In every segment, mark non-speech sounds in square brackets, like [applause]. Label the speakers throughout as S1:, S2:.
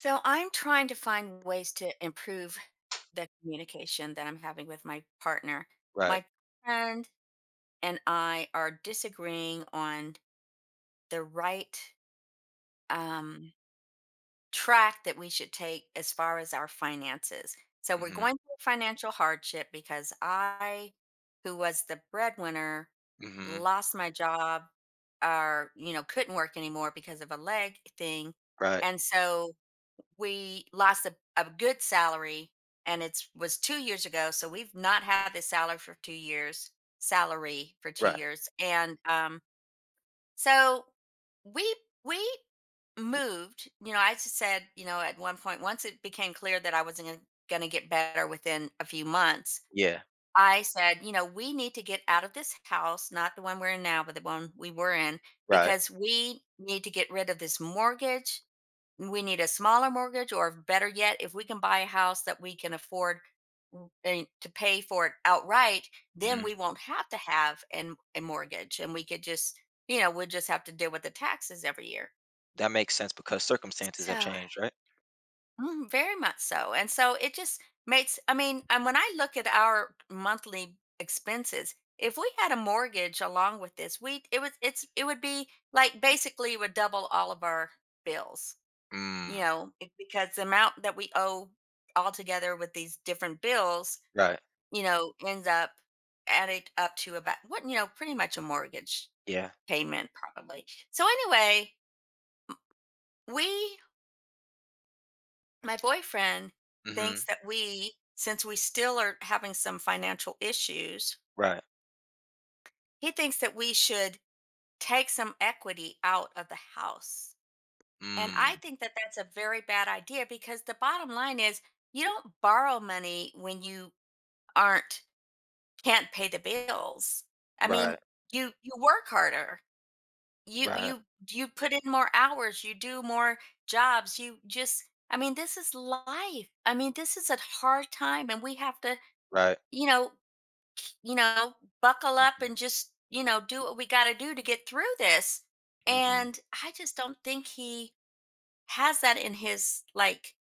S1: So I'm trying to find ways to improve the communication that I'm having with my partner.
S2: Right.
S1: My friend and I are disagreeing on the right um, track that we should take as far as our finances. So we're
S2: Mhm.
S1: going through financial hardship because I, who was the breadwinner,
S2: Mhm.
S1: lost my job or, you know, couldn't work anymore because of a leg thing,
S2: Right.
S1: and so we lost a good salary, and it's was 2 years ago, so we've not had this salary for 2 years
S2: Right.
S1: and so we we moved. You know I just said, you know at one point, once it became clear that I wasn't going to get better within a few months,
S2: Yeah.
S1: I said, you know, we need to get out of this house, not the one we're in now but the one we were in,
S2: Right.
S1: because we need to get rid of this mortgage. We need a smaller mortgage, or better yet, if we can buy a house that we can afford and to pay for it outright, then
S2: Mhm.
S1: we won't have to have a mortgage, and we could just, you know, we'll just have to deal with the taxes every year.
S2: That makes sense because circumstances have
S1: So,
S2: changed, right?
S1: Very much so. And so it just makes, I mean, and when I look at our monthly expenses, if we had a mortgage along with this, we it was it's it would be like basically it would double all of our bills. You
S2: Mm.
S1: know, because the amount that we owe altogether with these different bills,
S2: Right.
S1: you know, ends up added up to about what, you know, pretty much a mortgage
S2: Yeah.
S1: payment probably. So anyway, we, my boyfriend thinks
S2: Mhm.
S1: that we, since we still are having some financial issues,
S2: Right.
S1: he thinks that we should take some equity out of the house. And I
S2: Mm.
S1: think that that's a very bad idea because the bottom line is you don't borrow money when you aren't can't pay the bills. I mean,
S2: Right.
S1: you work harder. You
S2: Right.
S1: you you put in more hours, you do more jobs. You just I mean, this is life. I mean, this is a hard time and we have to,
S2: Right.
S1: you know, you know, buckle up
S2: Mhm.
S1: and just, you know, do what we got to do to get through this.
S2: Mhm.
S1: And I just don't think he has that in his like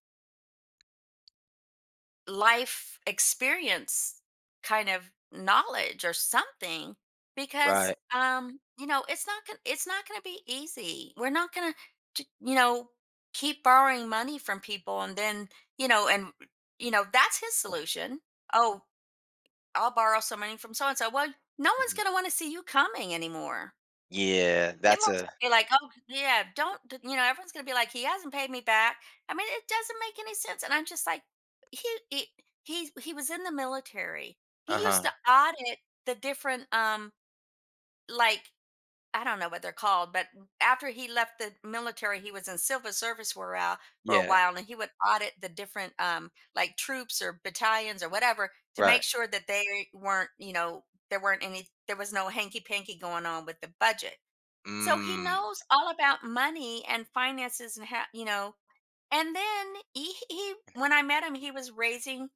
S1: life experience kind of knowledge or something because
S2: Right.
S1: you know it's not gonna be easy. We're not gonna you know keep borrowing money from people, and then, you know, and, you know, that's his
S2: Yeah.
S1: solution. Oh, I'll borrow some money from so and so. Well, no one's
S2: Mhm.
S1: gonna want to see you coming anymore.
S2: Yeah. That's
S1: Everyone's
S2: a
S1: gonna be like, "Oh, yeah, don't," you know, everyone's going to be like, "He hasn't paid me back." I mean, it doesn't make any sense. And I'm just like, he, he, he was in the military. He used
S2: uh-huh.
S1: to audit the different, like, I don't know what they're called, but after he left the military, he was in civil service for a while,
S2: Yeah.
S1: and he would audit the different, like troops or battalions or whatever to
S2: Right.
S1: make sure that they weren't, you know, there weren't any, there was no hanky panky going on with the budget, so he
S2: Mm.
S1: knows all about money and finances and how, you know. And then when I met him, he was raising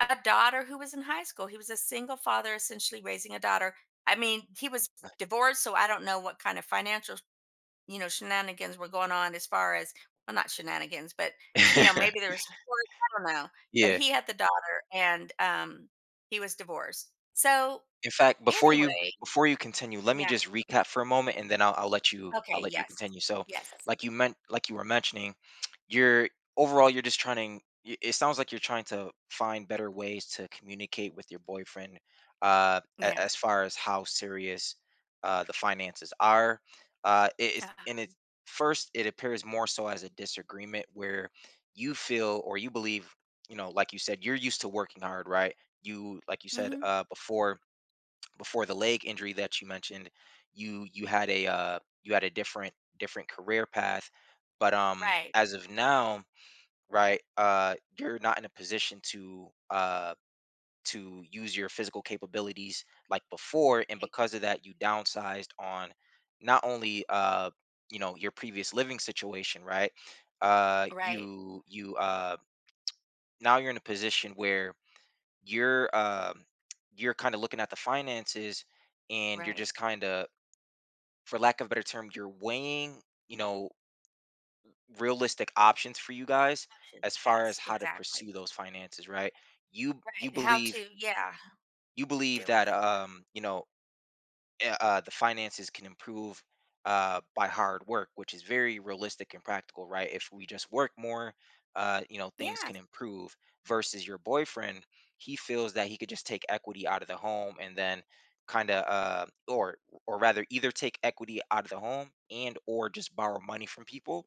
S1: a daughter who was in high school. He was a single father, essentially raising a daughter. I mean, he was divorced, so I don't know what kind of financial, you know, shenanigans were going on as far as, well, not shenanigans, but, you know, maybe there
S2: [laughs]
S1: was support. I don't know. But
S2: Yeah.
S1: he had the daughter, and he was divorced. So
S2: In fact, before you
S1: anyway,
S2: before you continue, let me
S1: yeah.
S2: just recap for a moment, and then I'll let you
S1: Okay. Yes.
S2: continue. So,
S1: Yes.
S2: like you were mentioning, you're overall you're just trying to. It sounds like you're trying to find better ways to communicate with your boyfriend,
S1: Yes.
S2: as far as how serious the finances are. It is, and
S1: Uh-huh.
S2: it first it appears more so as a disagreement where you feel or you believe, you know, like you said, you're used to working hard, right? You like you said
S1: Mhm.
S2: before before the leg injury that you mentioned, you had a you had a different career path, but
S1: Right,
S2: as of now, right, you're not in a position to use your physical capabilities like before, and
S1: right,
S2: because of that, you downsized on not only you know your previous living situation, right?
S1: right,
S2: You now you're in a position where you're you're kind of looking at the finances and you're
S1: right.
S2: just kind of for lack of a better term you're weighing, you know, realistic options for you guys
S1: Options,
S2: as far as
S1: yes,
S2: how to
S1: exactly.
S2: pursue those finances, right? You
S1: Right, how
S2: believe
S1: to, yeah,
S2: you
S1: to
S2: believe
S1: deal with
S2: that
S1: it,
S2: you know the finances can improve by hard work, which is very realistic and practical, right? If we just work more, you know,
S1: yeah.
S2: things
S1: Yeah,
S2: can improve. Versus your boyfriend, he feels that he could just take equity out of the home and then kind of, or rather, either take equity out of the home and or just borrow money from people,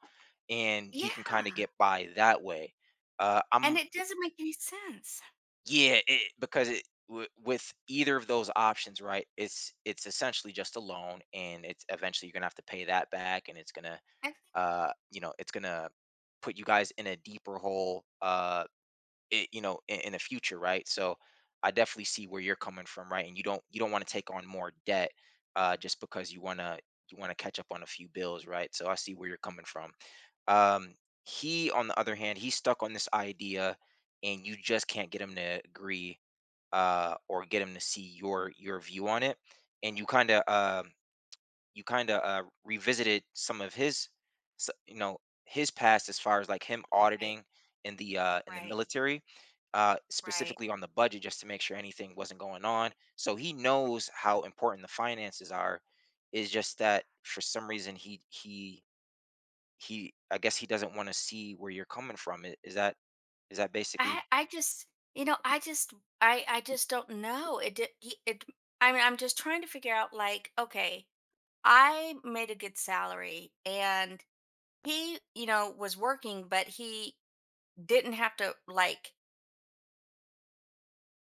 S2: and he can kind of
S1: yeah,
S2: get by that way. I'm
S1: and it doesn't make any sense.
S2: yeah, it, because it with either of those options, right? It's essentially just a loan, and it's eventually you're gonna have to pay that back, and it's gonna,
S1: I think-
S2: you know, it's gonna put you guys in a deeper hole, it, you know, in the future, right? So I definitely see where you're coming from, right? And you don't want to take on more debt, just because you wanna catch up on a few bills, right? So I see where you're coming from. Um, he, on the other hand, he's stuck on this idea, and you just can't get him to agree, or get him to see your view on it, and you kind of revisited some of his, you know, his past as far as like him
S1: right,
S2: auditing in the
S1: right,
S2: military,
S1: right.
S2: specifically on the budget, just to make sure anything wasn't going on. So he knows how important the finances are. Is just that for some reason he I guess he doesn't want to see where you're coming from. Is that basically
S1: I just, you know, I just don't know. It did it I mean, I'm just trying to figure out like, okay, I made a good salary, and he, you know, was working, but he didn't have to like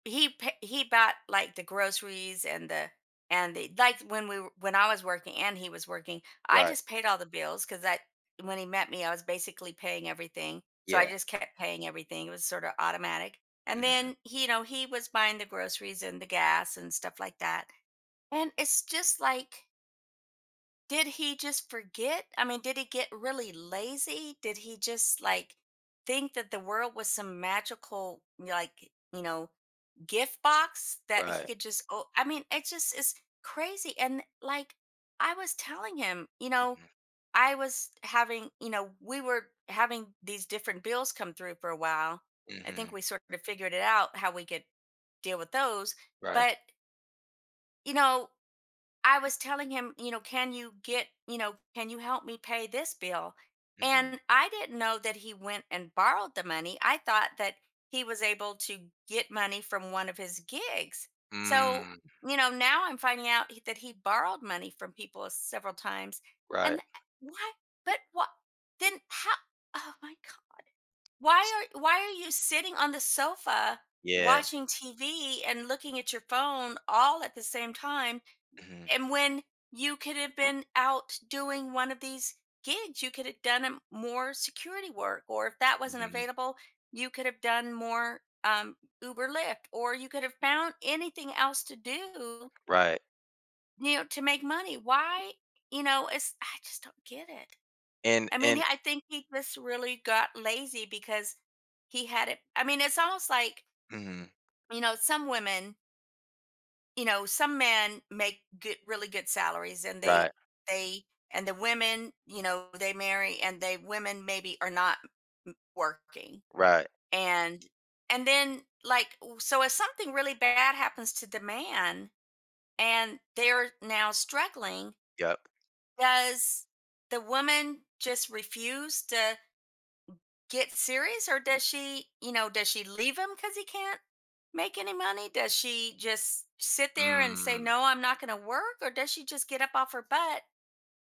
S1: he bought like the groceries and the like when I was working and he was working, I
S2: right?
S1: just paid all the bills because that when he met me, I was basically paying everything. So I
S2: Yeah.
S1: just kept paying everything. It was sort of automatic. And
S2: Hmm.
S1: then he, you know, he was buying the groceries and the gas and stuff like that. And it's just like, did he just forget? I mean, did he get really lazy? Did he just like think that the world was some magical like, you know, gift box that he
S2: Right.
S1: could just oh, I mean, it just is crazy. And like, I was telling him, you know, I was having, you know, we were having these different bills come through for a while,
S2: Hmm.
S1: I
S2: Hmm.
S1: think we sort of figured it out how we could deal with those.
S2: Right.
S1: But, you know, I was telling him, you know, can you get, you know, can you help me pay this bill?
S2: Mhm.
S1: And I didn't know that he went and borrowed the money. I thought that he was able to get money from one of his gigs. So,
S2: Mm,
S1: you know, now I'm finding out he- that he borrowed money from people several times. And
S2: right.
S1: why? But what? Then how? Oh my God.
S2: S
S1: Why are you sitting on the sofa
S2: Yeah.
S1: watching TV and looking at your phone all at the same time,
S2: Mhm,
S1: and when you could have been out doing one of these gigs, you could have done more security work, or if that wasn't
S2: mhm,
S1: available, you could have done more Uber Lyft, or you could have found anything else to do,
S2: right.
S1: you know, to make money. Why, you know, it's I just don't get it.
S2: And
S1: I mean,
S2: and
S1: yeah, I think he just really got lazy because he had it. I mean, it's almost like,
S2: mhm,
S1: you know, some women, you know, some men make good, really good salaries, and they
S2: right,
S1: they and the women, you know, they marry, and they women maybe are not working,
S2: right,
S1: and and then like so if something really bad happens to the man and they're now struggling,
S2: yep.
S1: does the woman just refuse to get serious? Or does she, you know, does she leave him because he can't make any money? Does she just sit there and say,
S2: Mm,
S1: no, I'm not going to work? Or does she just get up off her butt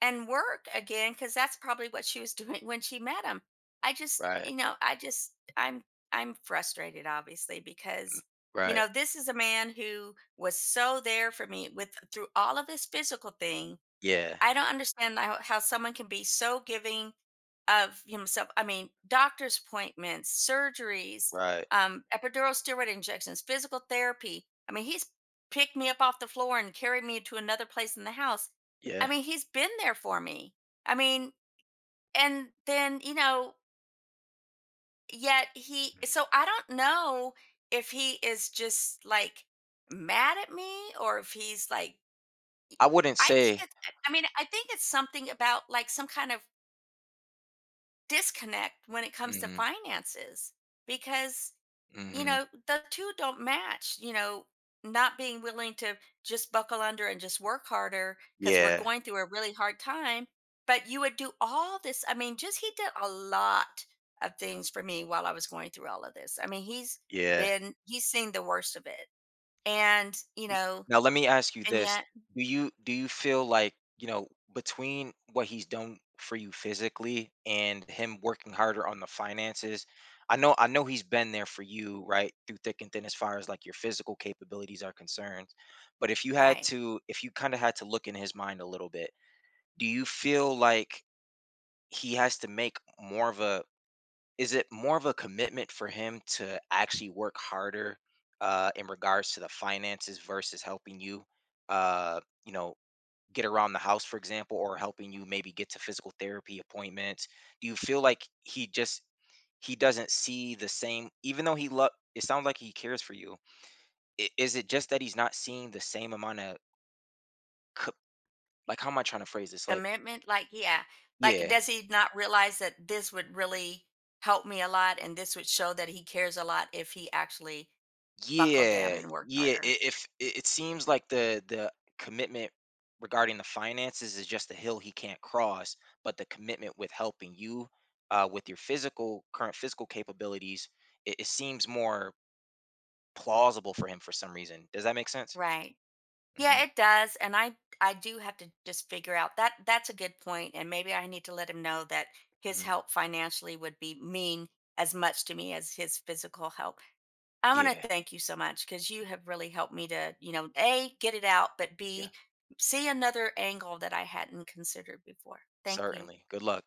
S1: and work again, because that's probably what she was [laughs] doing when she met him? i just
S2: right,
S1: you know i just I'm I'm frustrated, obviously, because, you
S2: right.
S1: know, this is a man who was so there for me with through all of his physical things.
S2: Yeah,
S1: I don't understand how someone can be so giving of himself. I mean, doctor's appointments, surgeries,
S2: right,
S1: epidural steroid injections, physical therapy. I mean, he's picked me up off the floor and carried me to another place in the house. I
S2: yeah.
S1: mean, he's been there for me. I mean, and then, you know, yet he,
S2: Mhm.
S1: so I don't know if he is just like mad at me, or if he's like,
S2: I wouldn't
S1: I think
S2: say
S1: it's, I mean, I think it's something about like some kind of disconnect when it comes to
S2: mhm,
S1: finances, because, you
S2: mhm,
S1: know, the two don't match, you know, not being willing to just buckle under and just work harder because we're
S2: yeah,
S1: going through a really hard time. But you would do all this, I mean, just he did a lot of things for me while I was going through all of this. I mean, he's
S2: yeah.
S1: been he's seen the worst of it, and, you
S2: N
S1: know,
S2: Now let me ask you
S1: and
S2: this.
S1: yet
S2: Do you feel like, you know, between what he's done for you physically and him working harder on the finances, I know he's been there for you, right, through thick and thin as far as like your physical capabilities are concerned. But if you had
S1: right.
S2: to if you kind of had to look in his mind a little bit, do you feel like he has to make more of a is it more of a commitment for him to actually work harder in regards to the finances versus helping you, you know, get around the house, for example, or helping you maybe get to physical therapy appointments? Do you feel like he doesn't see the same, even though he love? It sounds like he cares for you. Is it just that he's not seeing the same amount of co- like? How am I trying to phrase this? Like,
S1: Commitment, like, yeah. Like,
S2: yeah,
S1: does he not realize that this would really help me a lot, and this would show that he cares a lot if he actually buckled down
S2: yeah,
S1: and worked
S2: yeah.
S1: harder?
S2: If it, it seems like the commitment regarding the finances is just a hill he can't cross, but the commitment with helping you with your physical current physical capabilities, it seems more plausible for him for some reason. Does that make sense?
S1: Right.
S2: Hmm.
S1: Yeah, it does. And I do have to just figure out that that's a good point. And maybe I need to let him know that his
S2: Hmm.
S1: help financially would be mean as much to me as his physical help. I want
S2: Yeah,
S1: to thank you so much because you have really helped me to, you know, A, get it out, but
S2: yeah,
S1: B, see another angle that I hadn't considered before. Thank you.
S2: certainly. Good luck.